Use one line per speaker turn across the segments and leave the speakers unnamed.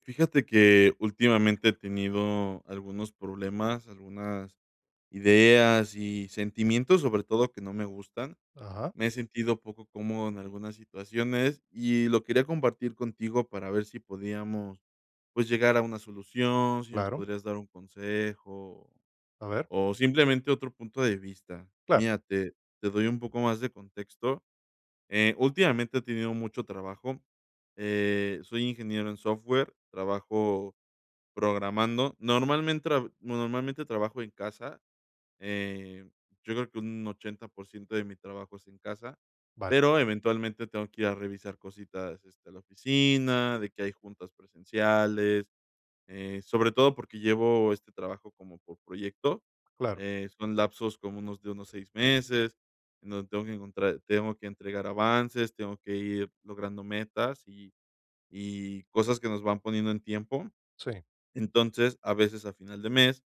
Fíjate que últimamente he tenido algunos problemas, algunas ideas y sentimientos, sobre todo, que no me gustan.
Ajá,
Me he sentido poco cómodo en algunas situaciones y lo quería compartir contigo para ver si podíamos, pues, llegar a una solución, si me
claro,
podrías dar un consejo
a ver,
o simplemente otro punto de vista.
claro,
Mira, te doy un poco más de contexto. Últimamente he tenido mucho trabajo. Soy ingeniero en software, trabajo programando. Normalmente trabajo en casa, eh, yo creo que un 80% de mi trabajo es en casa,
vale,
pero eventualmente tengo que ir a revisar cositas, este, a la oficina, de que hay juntas presenciales, sobre todo porque llevo este trabajo como por proyecto,
claro,
son lapsos como unos 6 meses, en donde tengo que entregar avances, tengo que ir logrando metas y cosas que nos van poniendo en tiempo.
sí,
Entonces, a veces a final de mes,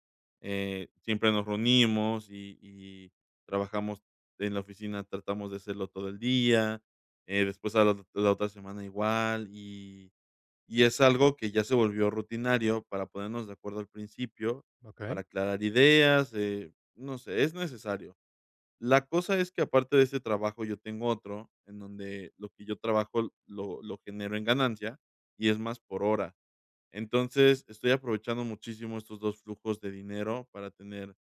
siempre nos reunimos y trabajamos en la oficina, tratamos de hacerlo todo el día, después a la otra semana igual, y es algo que ya se volvió rutinario para ponernos de acuerdo al principio,
okey,
para aclarar ideas, no sé, es necesario. La cosa es que aparte de ese trabajo, yo tengo otro en donde lo que yo trabajo lo genero en ganancia y es más por hora. Entonces, estoy aprovechando muchísimo estos 2 flujos de dinero para tener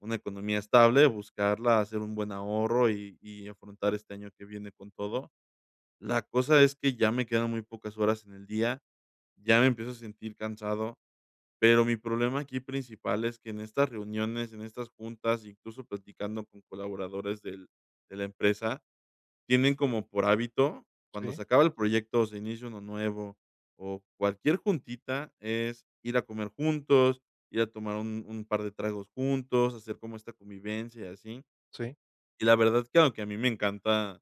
una economía estable, buscarla, hacer un buen ahorro y afrontar este año que viene con todo. La cosa es que ya me quedan muy pocas horas en el día, ya me empiezo a sentir cansado, pero mi problema aquí principal es que en estas reuniones, en estas juntas, incluso platicando con colaboradores del de la empresa, tienen como por hábito, cuando
sí,
se acaba el proyecto o se inicia uno nuevo, o cualquier juntita, es ir a comer juntos, ir a tomar un par de tragos juntos, hacer como esta convivencia y así.
sí,
Y la verdad que aunque a mí me encanta,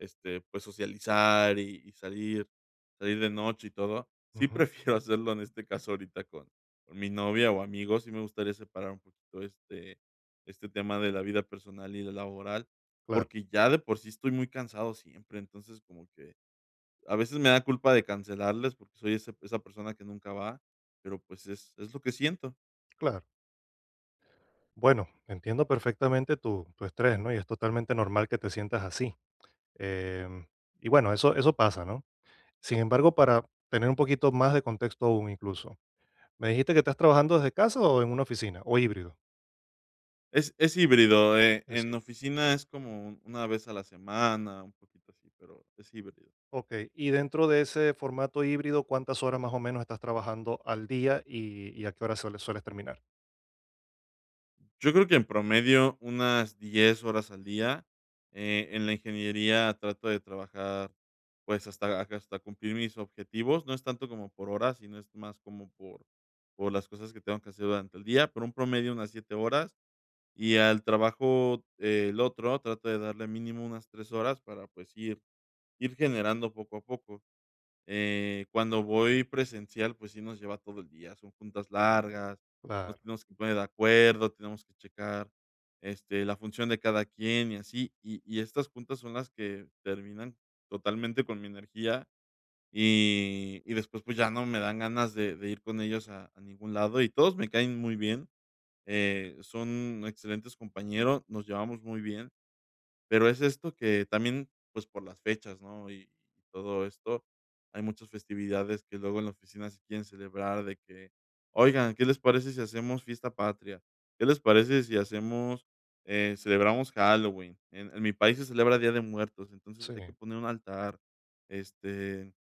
este, pues, socializar y salir de noche y todo, sí
ujú,
prefiero hacerlo en este caso ahorita con mi novia o amigos. Sí me gustaría separar un poquito este tema de la vida personal y la laboral,
claro,
porque ya de por sí estoy muy cansado siempre, entonces como que a veces me da culpa de cancelarles porque soy ese esa persona que nunca va, pero, pues, es lo que siento.
claro. Bueno, entiendo perfectamente tu estrés, ¿no? Y es totalmente normal que te sientas así. em, y bueno, eso pasa, ¿no? Sin embargo, para tener un poquito más de contexto aún incluso, ¿me dijiste que estás trabajando desde casa o en una oficina, o híbrido?
Es híbrido,
Es
en
híbrido.
oficina es como un una vez a la semana, un poquito así, pero es híbrido.
Okey, y dentro de ese formato híbrido, ¿cuántas horas más o menos estás trabajando al día y a qué hora sueles terminar?
Yo creo que en promedio unas 10 horas al día. En la ingeniería trato de trabajar, pues, hasta cumplir mis objetivos, no es tanto como por horas, sino es más como por las cosas que tengo que hacer durante el día, pero un promedio unas 7 horas, y al trabajo, el otro, trato de darle mínimo unas 3 horas para, pues, ir generando poco a poco. Cuando voy presencial, pues sí nos lleva todo el día, son juntas largas, nos
Claro,
tenemos que poner de acuerdo, tenemos que checar, este, la función de cada quien y así. Y estas juntas son las que terminan totalmente con mi energía, y después, pues, ya no me dan ganas de ir con ellos a ningún lado, y todos me caen muy bien. Son excelentes compañeros, nos llevamos muy bien. Pero es esto que también, pues, por las fechas, ¿no? Y todo esto, hay muchas festividades que luego en la oficina se quieren celebrar de que: "Oigan, ¿qué les parece si hacemos fiesta patria? ¿Qué les parece si hacemos, celebramos Halloween? En mi país se celebra Día de Muertos, entonces
sí,
hay que poner un altar". Este,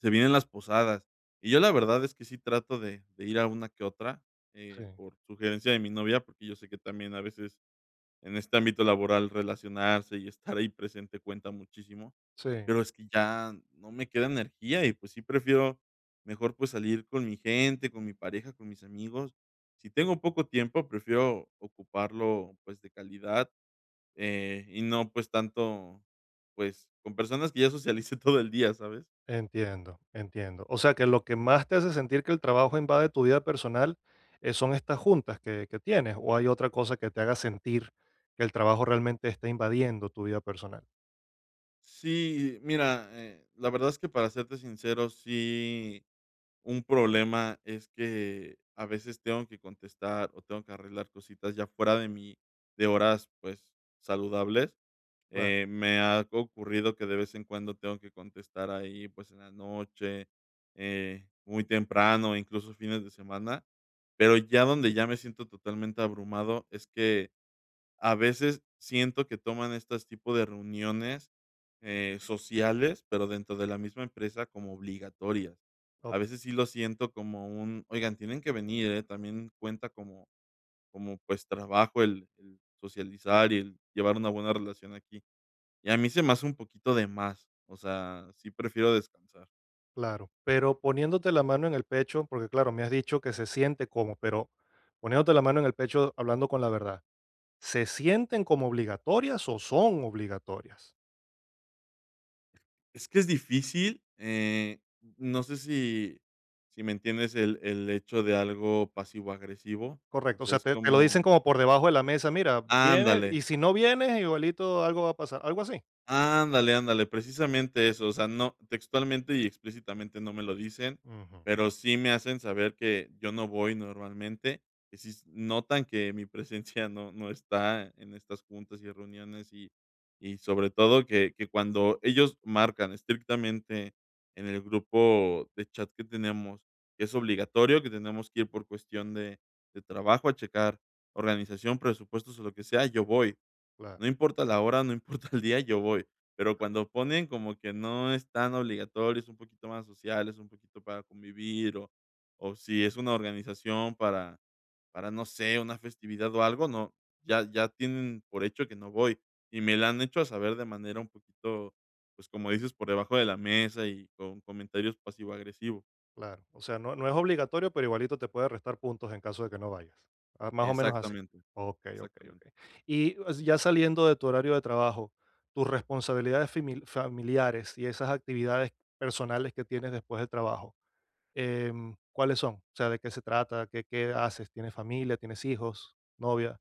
se vienen las posadas. Y yo la verdad es que sí trato de ir a una que otra,
sí,
por sugerencia de mi novia, porque yo sé que también a veces en este ámbito laboral relacionarse y estar ahí presente cuenta muchísimo,
sí.
pero es que ya no me queda energía y, pues, sí prefiero mejor, pues, salir con mi gente, con mi pareja, con mis amigos. Si tengo poco tiempo, prefiero ocuparlo, pues, de calidad, y no, pues, tanto, pues, con personas que ya socialice todo el día, ¿sabes?
Entiendo, entiendo. O sea que lo que más te hace sentir que el trabajo invade tu vida personal, son estas juntas que tienes, o hay otra cosa que te haga sentir que el trabajo realmente está invadiendo tu vida personal.
Sí, mira, la verdad es que para serte sincero, sí. Un problema es que a veces tengo que contestar o tengo que arreglar cositas ya fuera de mi de horas, pues, saludables.
Claro,
Me ha ocurrido que de vez en cuando tengo que contestar ahí, pues, en la noche, muy temprano, incluso fines de semana, pero ya donde ya me siento totalmente abrumado es que a veces siento que toman estos tipo de reuniones, sociales, pero dentro de la misma empresa como obligatorias. A
ok,
veces sí lo siento como un: "Oigan, tienen que venir, ¿eh?". También cuenta como, pues, trabajo el socializar y el llevar una buena relación aquí. Y a mí se me hace un poquito de más, o sea, sí prefiero descansar.
claro. Pero poniéndote la mano en el pecho, porque claro, me has dicho que se siente como, pero poniéndote la mano en el pecho, hablando con la verdad, ¿se sienten como obligatorias o son obligatorias?
Es que es difícil, no sé si si me entiendes el hecho de algo pasivo-agresivo, o
Correcto, o
sea,
sea,
es
te lo dicen
como
como por debajo de la mesa, mira, viene
ándale,
y si no vienes, igualito algo va a pasar, algo así.
ándale, precisamente eso, o sea, no textualmente y explícitamente no me lo dicen,
Ujú,
pero sí me hacen saber que yo no voy normalmente, que sí s notan que mi presencia no está en estas juntas y reuniones y sobre todo que cuando ellos marcan estrictamente en el grupo de chat que tenemos, que es obligatorio, que tenemos que ir por cuestión de trabajo a checar organización, presupuestos o lo que sea, yo voy.
claro,
No importa la hora, no importa el día, yo voy. Pero cuando ponen como que no es tan obligatorio, es un poquito más social, es un poquito para convivir, o si es una organización para, no sé, una festividad o algo, no, ya tienen por hecho que no voy. Y me la han hecho saber de manera un poquito, pues como dices, por debajo de la mesa y con comentarios pasivo-agresivo.
claro. O sea, no, no es obligatorio, pero igualito te puede restar puntos en caso de que no vayas. Ah, más o menos así.
Exactamente,
Ok, ok, ok.
exactamente.
Y o sea, ya saliendo de tu horario de trabajo, tus responsabilidades familiares y esas actividades personales que tienes después del trabajo, ¿cuáles son? O sea, ¿de qué se trata? ¿Qué haces? ¿Tienes familia? ¿Tienes hijos? ¿Novia?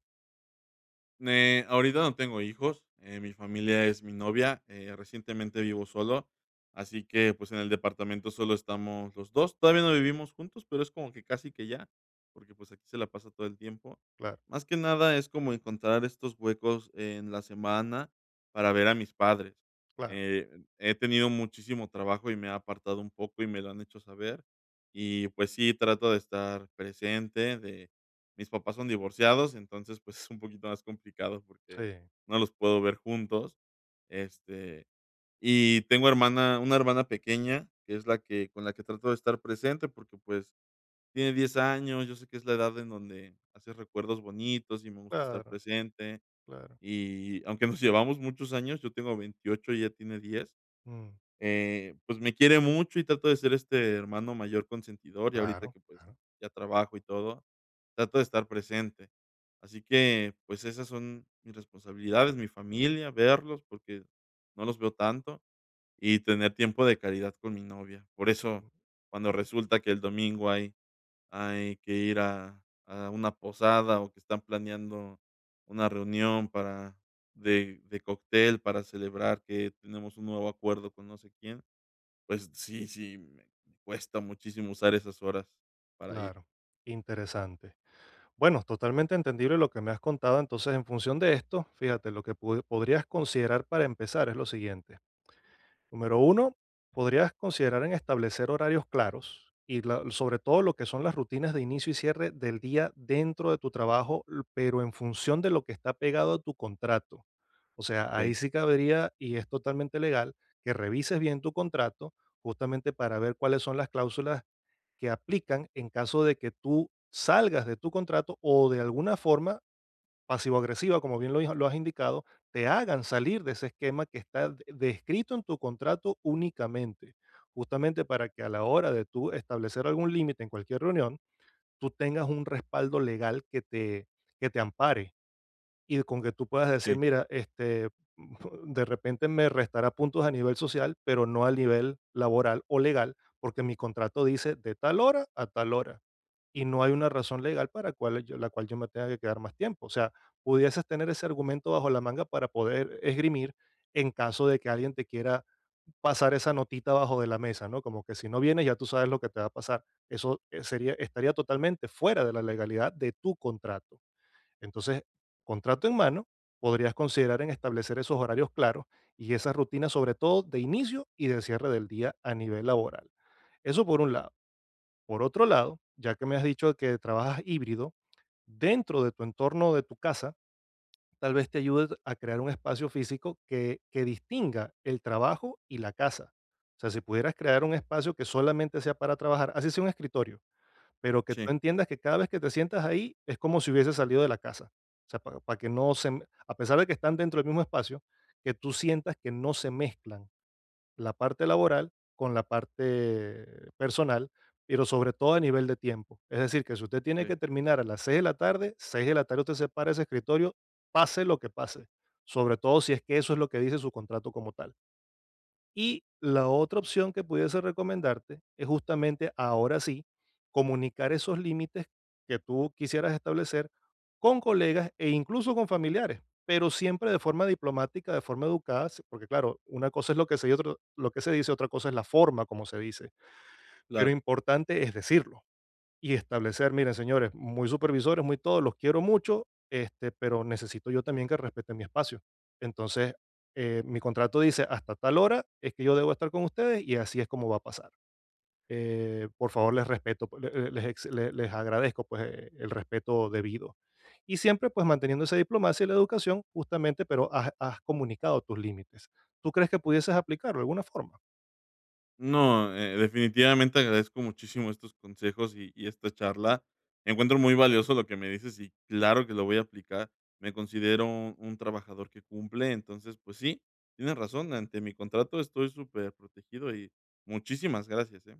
Ahorita no tengo hijos. Mi familia es mi novia. Recientemente vivo solo, así que, pues, en el departamento solo estamos los 2. Todavía no vivimos juntos, pero es como que casi que ya, porque, pues, aquí se la pasa todo el tiempo.
Claro,
Más que nada es como encontrar estos huecos en la semana para ver a mis padres.
claro.
Eh, He tenido muchísimo trabajo y me ha apartado un poco y me lo han hecho saber. Y, pues sí, trato de estar presente, de mis papás son divorciados, entonces, pues, es un poquito más complicado porque
Sí,
no los puedo ver juntos. Este, y tengo hermana una hermana pequeña, que es la que con la que trato de estar presente porque, pues, tiene 10 años, yo sé que es la edad en donde haces recuerdos bonitos y me gusta estar
claro,
presente.
claro.
Y aunque nos llevamos muchos años, yo tengo 28 y ella tiene 10.
Mm,
Pues, me quiere mucho y trato de ser este hermano mayor consentidor, y ahorita
claro,
que, pues,
claro.
ya trabajo y todo, trato de estar presente. Así que, pues, esas son mis responsabilidades, mi familia, verlos, porque no los veo tanto, y tener tiempo de calidad con mi novia. Por eso,
Mm,
cuando resulta que el domingo hay que ir a una posada, o que están planeando una reunión para de cóctel para celebrar que tenemos un nuevo acuerdo con no sé quién. Pues sí, sí, me cuesta muchísimo usar esas horas para ir.
claro. Interesante. Bueno, totalmente entendible lo que me has contado. Entonces, en función de esto, fíjate, lo que podrías considerar para empezar es lo siguiente. Número 1, podrías considerar en establecer horarios claros y, sobre todo, lo que son las rutinas de inicio y cierre del día dentro de tu trabajo, pero en función de lo que está pegado a tu contrato. O sea,
¿Ok?
ahí sí cabería, y es totalmente legal, que revises bien tu contrato justamente para ver cuáles son las cláusulas que aplican en caso de que tú salgas de tu contrato o de alguna forma pasivo-agresiva, como bien lo has indicado, te hagan salir de ese esquema que está descrito en tu contrato únicamente, justamente para que a la hora de tú establecer algún límite en cualquier reunión, tú tengas un respaldo legal que te ampare y con que tú puedas decir,
Sí,
mira, este, de repente me restará puntos a nivel social, pero no a nivel laboral o legal, porque mi contrato dice de tal hora a tal hora y no hay una razón legal la cual yo me tenga que quedar más tiempo. O sea, pudieses tener ese argumento bajo la manga para poder esgrimir en caso de que alguien te quiera pasar esa notita bajo de la mesa, ¿no? Como que si no vienes, ya tú sabes lo que te va a pasar. Eso estaría totalmente fuera de la legalidad de tu contrato. Entonces, contrato en mano, podrías considerar en establecer esos horarios claros y esas rutinas, sobre todo de inicio y de cierre del día a nivel laboral. Eso por un lado. Por otro lado, ya que me has dicho que trabajas híbrido, dentro de tu entorno de tu casa, tal vez te ayude a crear un espacio físico que distinga el trabajo y la casa. O sea, si pudieras crear un espacio que solamente sea para trabajar, así sea un escritorio, pero que tú
sí,
entiendas que cada vez que te sientas ahí es como si hubiese salido de la casa. O sea, para, que no se, me- a pesar de que están dentro del mismo espacio, que tú sientas que no se mezclan la parte laboral con la parte personal, pero sobre todo a nivel de tiempo. Es decir, que si usted tiene
okey,
que terminar a las 6 de la tarde, 6 de la tarde usted se para a ese escritorio, pase lo que pase, sobre todo si es que eso es lo que dice su contrato como tal. Y la otra opción que pudiese recomendarte es justamente ahora sí comunicar esos límites que tú quisieras establecer con colegas e incluso con familiares, pero siempre de forma diplomática, de forma educada, porque claro, una cosa es lo que se, lo que se dice, otra cosa es la forma como se dice, pero
claro.
importante es decirlo y establecer: miren, señores, muy supervisores, muy todos, los quiero mucho, este, pero necesito yo también que respeten mi espacio. Entonces, mi contrato dice, hasta tal hora es que yo debo estar con ustedes y así es como va a pasar. Por favor, les respeto, pues, les, les agradezco, pues, el respeto debido. Y siempre pues manteniendo esa diplomacia y la educación, justamente, pero has comunicado tus límites. ¿Tú crees que pudieses aplicarlo de alguna forma?
No, definitivamente agradezco muchísimo estos consejos y esta charla. Encuentro muy valioso lo que me dices y claro que lo voy a aplicar. Me considero un trabajador que cumple, entonces, pues sí, tienes razón, ante mi contrato estoy súper protegido y muchísimas gracias, ¿eh?